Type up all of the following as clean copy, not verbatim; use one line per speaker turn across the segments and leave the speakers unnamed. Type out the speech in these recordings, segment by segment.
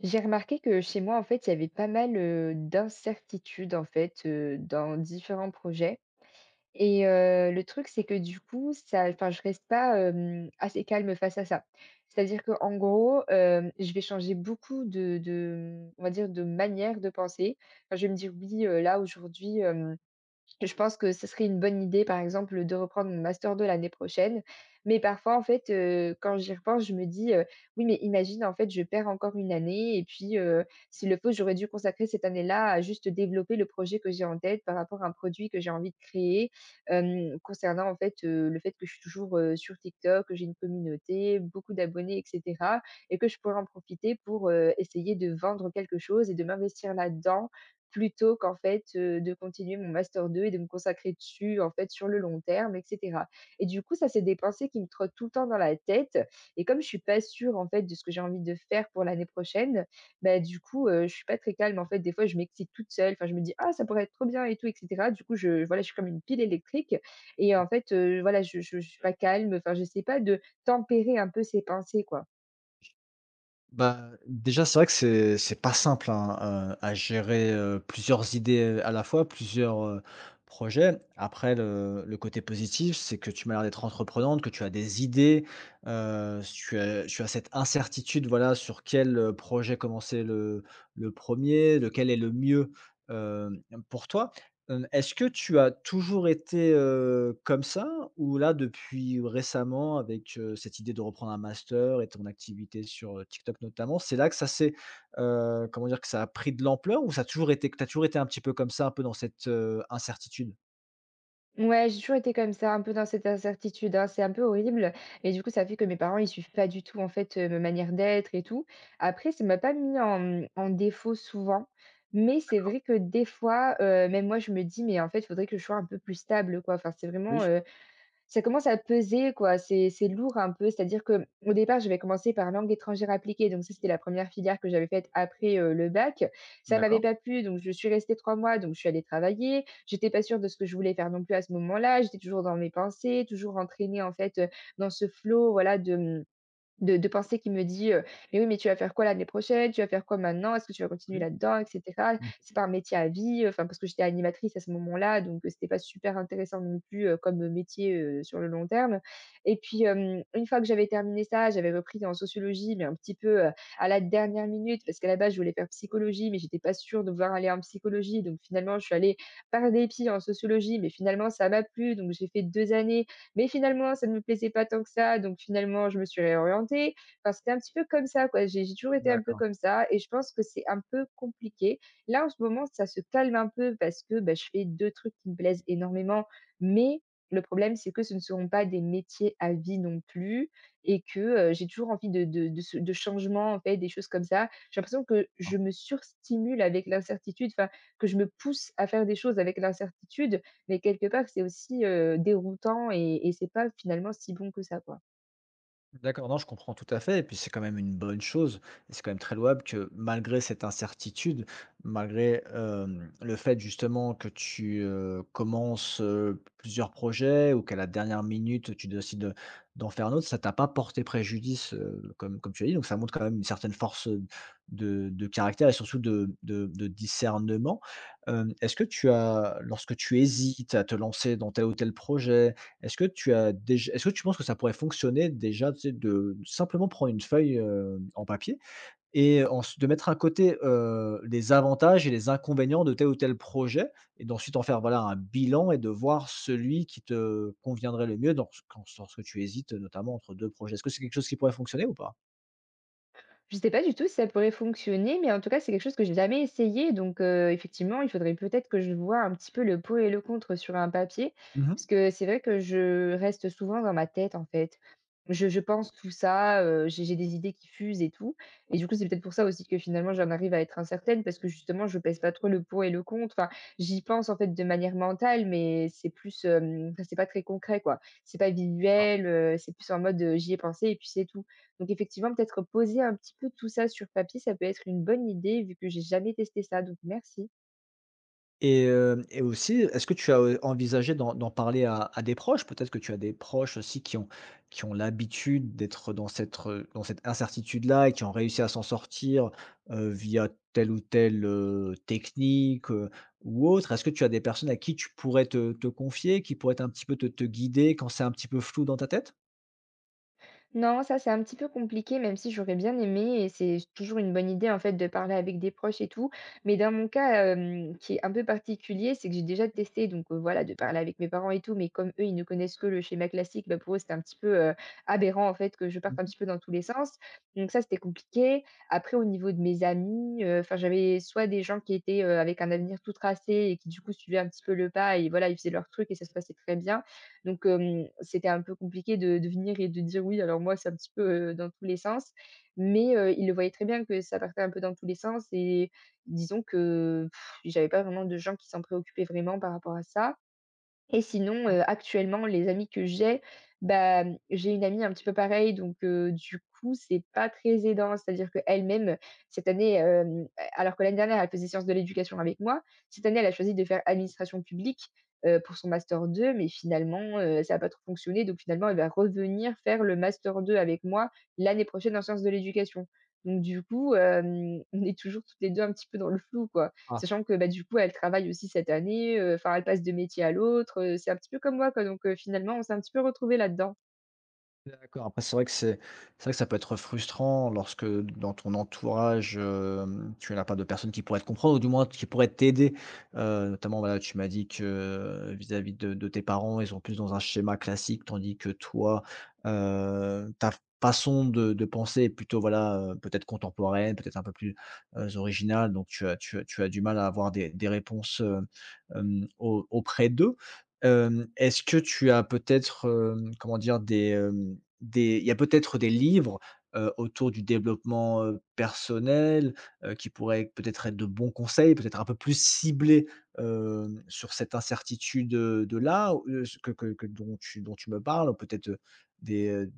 J'ai remarqué que chez moi, en fait, il y avait pas mal d'incertitudes, en fait, dans différents projets. Et le truc, c'est que du coup, ça, enfin, je reste pas assez calme face à ça. C'est-à-dire que, en gros, je vais changer beaucoup de, on va dire, de manière de penser. Enfin, je vais me dire, oui, là, aujourd'hui, je pense que ce serait une bonne idée, par exemple, de reprendre mon master 2 l'année prochaine. Mais parfois, en fait, quand j'y repense, je me dis, «Oui, mais imagine, en fait, je perds encore une année et puis, s'il le faut, j'aurais dû consacrer cette année-là à juste développer le projet que j'ai en tête par rapport à un produit que j'ai envie de créer». Concernant, en fait, le fait que je suis toujours, sur TikTok, que j'ai une communauté, beaucoup d'abonnés et cetera, et que je pourrais en profiter pour, essayer de vendre quelque chose et de m'investir là-dedans, plutôt qu'en fait, de continuer mon master 2 et de me consacrer dessus, en fait, sur le long terme et cetera. Et du coup, ça, c'est des pensées qui me trottent tout le temps dans la tête, et comme je suis pas sûre, en fait, de ce que j'ai envie de faire pour l'année prochaine, bah, du coup, je suis pas très calme, en fait. Des fois, je m'excite toute seule, enfin, je me dis: «Ah, ça pourrait être trop bien et tout» et cetera. Du coup, je voilà, je suis comme une pile électrique et en fait, voilà, je suis pas calme, enfin, je sais pas de tempérer un peu ces pensées, quoi.
Bah, déjà, c'est vrai que c'est pas simple, hein, à gérer, plusieurs idées, à la fois, plusieurs, projets. Après le côté positif, c'est que tu m'as l'air d'être entreprenante, que tu as des idées, tu as cette incertitude, voilà, sur quel, projet commencer le premier, lequel est le mieux, hem, pour toi. Est-ce que tu as toujours été, comme ça? Ou là, depuis récemment, avec, cette idée de reprendre un master et ton activité sur, TikTok notamment, c'est là que ça s'est, comment dire? Que ça a pris de l'ampleur, ou ça a toujours été, que tu as toujours été un petit peu comme ça, un peu dans cette, incertitude?
Ouais, j'ai toujours été comme ça, un peu dans cette incertitude, hein, c'est un peu horrible. Et du coup, ça fait que mes parents, ils suivent pas du tout, en fait, ma manière d'être et tout. Après, ça m'a pas mis en défaut souvent, mais c'est
D'accord.
vrai que des fois, même moi, je me dis: «Mais en fait, il faudrait que je sois un peu plus stable, quoi». Enfin, c'est vraiment,
Oui.
ça commence à peser quoi, c'est lourd un peu. C'est-à-dire que au départ, j'avais commencé par langue étrangère appliquée, donc ça, c'était la première filière que j'avais faite après, le bac. Ça m'avait
D'accord.
pas plu, donc je suis restée 3 mois, donc je suis allée travailler. J'étais pas sûre de ce que je voulais faire non plus à ce moment-là. J'étais toujours dans mes pensées, toujours entraînée en fait, dans ce flow voilà de, mmh de penser qui me dit, «Mais oui, mais tu vas faire quoi l'année prochaine? Tu vas faire quoi maintenant? Est-ce que tu vas continuer
Oui.
là-dedans et cetera?
Mmh.
C'est pas un métier à vie», enfin parce que j'étais animatrice à ce moment-là, donc c'était pas super intéressant non plus, comme, métier, sur le long terme. Et puis, une fois que j'avais terminé ça, j'avais repris en sociologie, mais un petit peu, à la dernière minute parce qu'à la base, je voulais faire psychologie, mais j'étais pas sûre de vouloir aller en psychologie, donc finalement, je suis allée par dépit en sociologie, mais finalement ça m'a plu, donc j'ai fait 2 années, mais finalement, ça ne me plaisait pas tant que ça, donc finalement, je me suis réorientée. Enfin, c'était un petit peu comme ça, quoi. J'ai toujours été un peu
D'accord.
comme ça et je pense que c'est un peu compliqué. Là, en ce moment, ça se calme un peu parce que bah, je fais deux trucs qui me plaisent énormément, mais le problème, c'est que ce ne seront pas des métiers à vie non plus et que j'ai toujours envie de changement, en fait, des choses comme ça. J'ai l'impression que je me surstimule avec l'incertitude, enfin, que je me pousse à faire des choses avec l'incertitude, mais quelque part, c'est aussi, déroutant, et c'est pas finalement si bon que ça, quoi.
D'accord, non, je comprends tout à fait. Et puis c'est quand même une bonne chose. Et c'est quand même très louable que, malgré cette incertitude, malgré le fait justement que tu commences plusieurs projets, ou qu'à la dernière minute tu décides d'en faire un autre, ça t'a pas porté préjudice, comme, comme tu as dit. Donc ça montre quand même une certaine force de caractère, et surtout de, de discernement. Est-ce que tu as, lorsque tu hésites à te lancer dans tel ou tel projet, est-ce que tu as déjà, est-ce que tu penses que ça pourrait fonctionner, déjà, tu sais, de simplement prendre une feuille, en papier, et ensuite de mettre à côté, les avantages et les inconvénients de tel ou tel projet, et d'ensuite en faire, voilà, un bilan, et de voir celui qui te conviendrait le mieux dans ce, quand, lorsque tu hésites, notamment entre 2 projets. Est-ce que c'est quelque chose qui pourrait fonctionner ou pas?
Je sais pas du tout si ça pourrait fonctionner, mais en tout cas, c'est quelque chose que j'ai jamais essayé. Donc, effectivement, il faudrait peut-être que je vois un petit peu le pour et le contre sur un papier.
Mmh.
Parce que c'est vrai que je reste souvent dans ma tête, en fait. Je pense tout ça, j'ai des idées qui fusent et tout. Et du coup, c'est peut-être pour ça aussi que finalement, j'en arrive à être incertaine parce que justement, je pèse pas trop le pour et le contre. Enfin, j'y pense en fait de manière mentale, mais c'est plus, enfin, c'est pas très concret, quoi. C'est pas visuel, c'est plus en mode, j'y ai pensé et puis c'est tout. Donc effectivement, peut-être poser un petit peu tout ça sur papier, ça peut être une bonne idée vu que j'ai jamais testé ça, donc merci.
Et hem et aussi, est-ce que tu as, envisagé d'en parler à des proches? Peut-être que tu as des proches aussi qui ont, qui ont l'habitude d'être dans cette re dans cette incertitude-là, et qui ont réussi à s'en sortir, via telle ou telle, technique, ou autre? Est-ce que tu as des personnes à qui tu pourrais te confier, qui pourraient un petit peu te guider quand c'est un petit peu flou dans ta tête?
Non, ça, c'est un petit peu compliqué, même si j'aurais bien aimé, et c'est toujours une bonne idée, en fait, de parler avec des proches et tout. Mais dans mon cas, qui est un peu particulier, c'est que j'ai déjà testé donc, voilà, de parler avec mes parents et tout, mais comme eux, ils ne connaissent que le schéma classique, bah, pour eux, c'était un petit peu, aberrant, en fait, que je parte un
Mmh.
petit peu dans tous les sens. Donc ça, c'était compliqué. Après au niveau de mes amis, enfin, j'avais soit des gens qui étaient, avec un avenir tout tracé et qui, du coup, suivaient un petit peu le pas et voilà, ils faisaient leur truc et ça se passait très bien. Donc, c'était un peu compliqué de venir et de dire: «Oui». Alors moi, c'est un petit peu, dans tous les sens, mais il le voyait très bien que ça partait un peu dans tous les sens, et disons que pff, j'avais pas vraiment de gens qui s'en préoccupaient vraiment par rapport à ça. Et sinon, actuellement, les amis que j'ai, bah, j'ai une amie un petit peu pareille donc du coup, c'est pas très aidant. C'est-à-dire qu'elle-même, cette année, alors que l'année dernière, elle faisait sciences de l'éducation avec moi, cette année, elle a choisi de faire administration publique, pour son master 2, mais finalement, ça a pas trop fonctionné donc finalement, elle va revenir faire le master 2 avec moi l'année prochaine en sciences de l'éducation. Donc du coup, on est toujours toutes les 2 un petit peu dans le flou, quoi, sachant que, bah, du coup, elle travaille aussi cette année, enfin, elle passe de métier à l'autre, c'est un petit peu comme moi, quoi, donc finalement, on s'est un petit peu retrouvés là-dedans.
D'accord, après c'est vrai que c'est vrai que ça peut être frustrant lorsque, dans ton entourage, tu n'as pas de personnes qui pourraient te comprendre, ou du moins qui pourraient t'aider. Notamment, voilà, tu m'as dit que vis-à-vis de tes parents, ils sont plus dans un schéma classique, tandis que toi, ta façon de penser est plutôt, voilà, peut-être contemporaine, peut-être un peu plus, originale. Donc tu as du mal à avoir des réponses, au auprès d'eux. Est-ce que tu as peut-être, comment dire, des, il y a peut-être des livres, autour du développement, personnel, qui pourraient peut-être être de bons conseils, peut-être un peu plus ciblés, sur cette incertitude, de là, que dont tu me parles, ou peut-être, des, heu,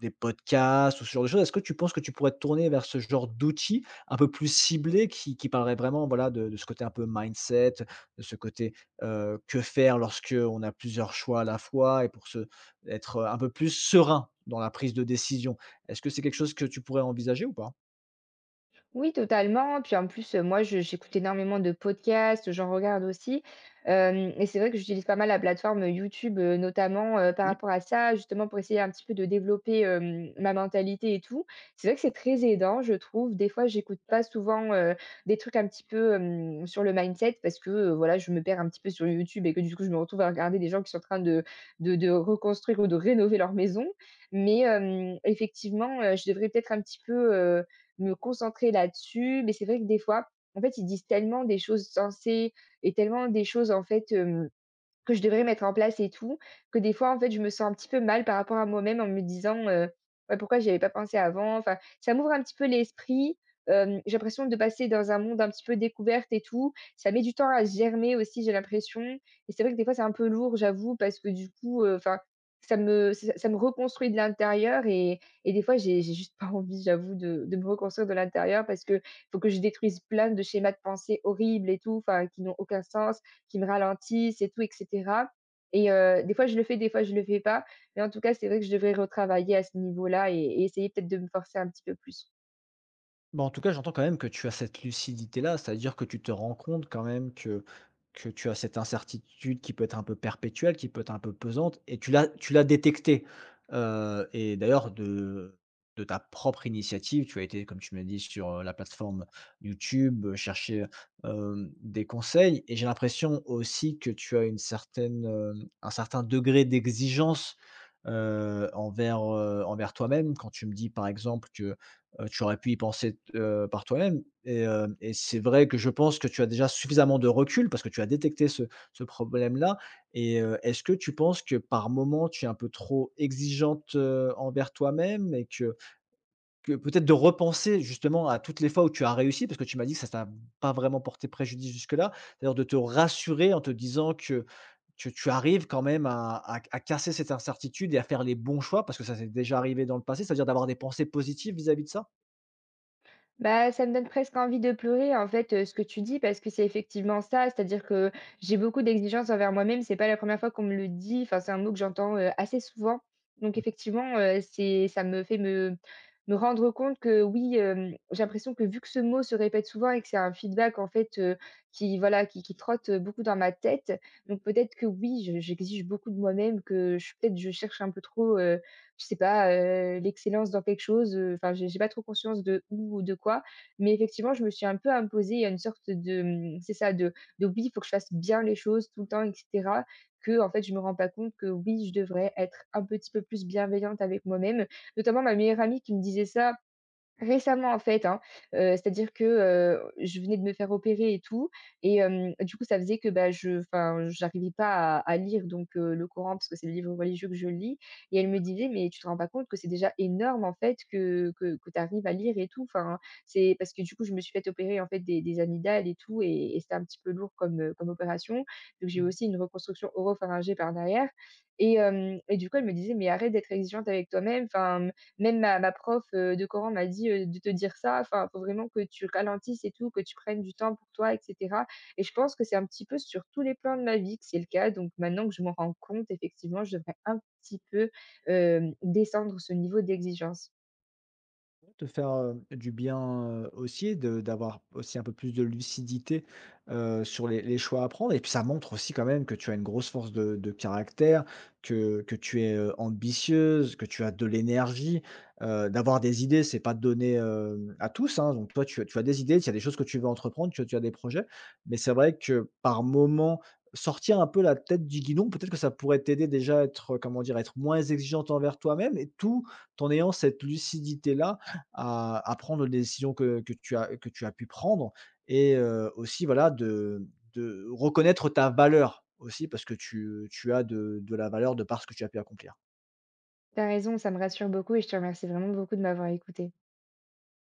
des podcasts ou ce genre de choses. Est-ce que tu penses que tu pourrais te tourner vers ce genre d'outils un peu plus ciblés, qui parlerait vraiment, voilà, de ce côté un peu mindset, de ce côté, que faire lorsque on a plusieurs choix à la fois, et pour se être un peu plus serein dans la prise de décision. Est-ce que c'est quelque chose que tu pourrais envisager ou pas?
Oui, totalement. Puis en plus, moi, je j'écoute énormément de podcasts, j'en regarde aussi. Hem et c'est vrai que j'utilise pas mal la plateforme, YouTube, notamment, par rapport à ça, justement pour essayer un petit peu de développer, ma mentalité et tout. C'est vrai que c'est très aidant, je trouve. Des fois, j'écoute pas souvent, des trucs un petit peu, sur le mindset parce que, voilà, je me perds un petit peu sur YouTube et que du coup, je me retrouve à regarder des gens qui sont en train de de reconstruire ou de rénover leur maison. Mais effectivement, je devrais peut-être un petit peu me concentrer là-dessus. Mais c'est vrai que des fois, en fait, ils disent tellement des choses sensées et tellement des choses, en fait, hem que je devrais mettre en place et tout, que des fois, en fait, je me sens un petit peu mal par rapport à moi-même en me disant, «Ouais, pourquoi j'y avais pas pensé avant?» enfin, ça m'ouvre un petit peu l'esprit, j'ai l'impression de passer dans un monde un petit peu découverte et tout. Ça met du temps à germer aussi, j'ai l'impression, et c'est vrai que des fois, c'est un peu lourd, j'avoue, parce que du coup, enfin, ça me reconstruit de l'intérieur, et des fois, j'ai juste pas envie, j'avoue, de me reconstruire de l'intérieur parce que faut que je détruise plein de schémas de pensée horribles et tout, enfin, qui n'ont aucun sens, qui me ralentissent et tout, etc. Et des fois je le fais, des fois je le fais pas. Mais en tout cas, c'est vrai que je devrais retravailler à ce niveau-là, et essayer peut-être de me forcer un petit peu plus.
Bah, en tout cas, j'entends quand même que tu as cette lucidité-là, c'est-à-dire que tu te rends compte quand même que tu as cette incertitude qui peut être un peu perpétuelle, qui peut être un peu pesante, et tu l'as détectée. Et d'ailleurs de ta propre initiative, tu as été, comme tu m'as dit, sur, la plateforme YouTube, chercher, des conseils. Et j'ai l'impression aussi que tu as une certaine, un certain degré d'exigence, envers, envers toi-même. Quand tu me dis, par exemple, que tu aurais pu y penser, par toi-même. Et et c'est vrai que je pense que tu as déjà suffisamment de recul parce que tu as détecté ce problème-là. Et est-ce que tu penses que par moment tu es un peu trop exigeante, envers toi-même, et que peut-être de repenser justement à toutes les fois où tu as réussi? Parce que tu m'as dit que ça t'a pas vraiment porté préjudice jusque-là, c'est-à-dire de te rassurer en te disant que tu arrives quand même à casser cette incertitude et à faire les bons choix, parce que ça s'est déjà arrivé dans le passé, c'est-à-dire d'avoir des pensées positives vis-à-vis de ça?
Bah, ça me donne presque envie de pleurer, en fait, ce que tu dis, parce que c'est effectivement ça. C'est-à-dire que j'ai beaucoup d'exigences envers moi-même. C'est pas la première fois qu'on me le dit. Enfin, c'est un mot que j'entends, assez souvent. Donc effectivement, c'est ça me fait me rendre compte que oui, j'ai l'impression que vu que ce mot se répète souvent et que c'est un feedback, en fait, qui voilà, qui trotte, beaucoup dans ma tête. Donc peut-être que oui, je j'exige beaucoup de moi-même, que je peut-être je cherche un peu trop, je sais pas, l'excellence dans quelque chose, enfin, j'ai pas trop conscience de où ou de quoi. Mais effectivement, je me suis un peu imposée à une sorte de, mmh, c'est ça, de oui, il faut que je fasse bien les choses tout le temps et cetera, que en fait, je me rends pas compte que oui, je devrais être un petit peu plus bienveillante avec moi-même. Notamment ma meilleure amie qui me disait ça récemment, en fait, hein, c'est-à-dire que, je venais de me faire opérer et tout, et du coup, ça faisait que, bah, je enfin, j'arrivais pas à lire donc le Coran parce que c'est le livre religieux que je lis, et elle me disait: «Mais tu te rends pas compte que c'est déjà énorme, en fait, que tu arrives à lire et tout?» enfin, c'est parce que du coup, je me suis fait opérer, en fait, des amygdales et tout, et c'était un petit peu lourd comme, comme opération. Donc j'ai eu aussi une reconstruction oropharyngée par derrière, et du coup, elle me disait: «Mais arrête d'être exigeante avec toi-même, enfin, même ma prof, de Coran m'a dit, de te dire ça, enfin, faut vraiment que tu ralentisses et tout, que tu prennes du temps pour toi et cetera, et je pense que c'est un petit peu sur tous les plans de ma vie que c'est le cas, donc maintenant que je m'en rends compte, effectivement, je devrais un petit peu, descendre ce niveau d'exigence.
Te faire, du bien, aussi, de d'avoir aussi un peu plus de lucidité, sur les choix à prendre. Et puis ça montre aussi quand même que tu as une grosse force de caractère, que tu es, ambitieuse, que tu as de l'énergie. D'avoir des idées, c'est pas donné, à tous, hein. Donc toi, tu as des idées, tu as des choses que tu veux entreprendre, tu as des projets, mais c'est vrai que par moment, sortir un peu la tête du guidon, peut-être que ça pourrait t'aider déjà à être, comment dire? À être moins exigeante envers toi-même et tout, en ayant cette lucidité-là, à prendre les décisions que que tu as pu prendre. Et aussi, voilà, de reconnaître ta valeur aussi, parce que tu as de la valeur de par ce que tu as pu accomplir.
T'as raison, ça me rassure beaucoup et je te remercie vraiment beaucoup de m'avoir écoutée.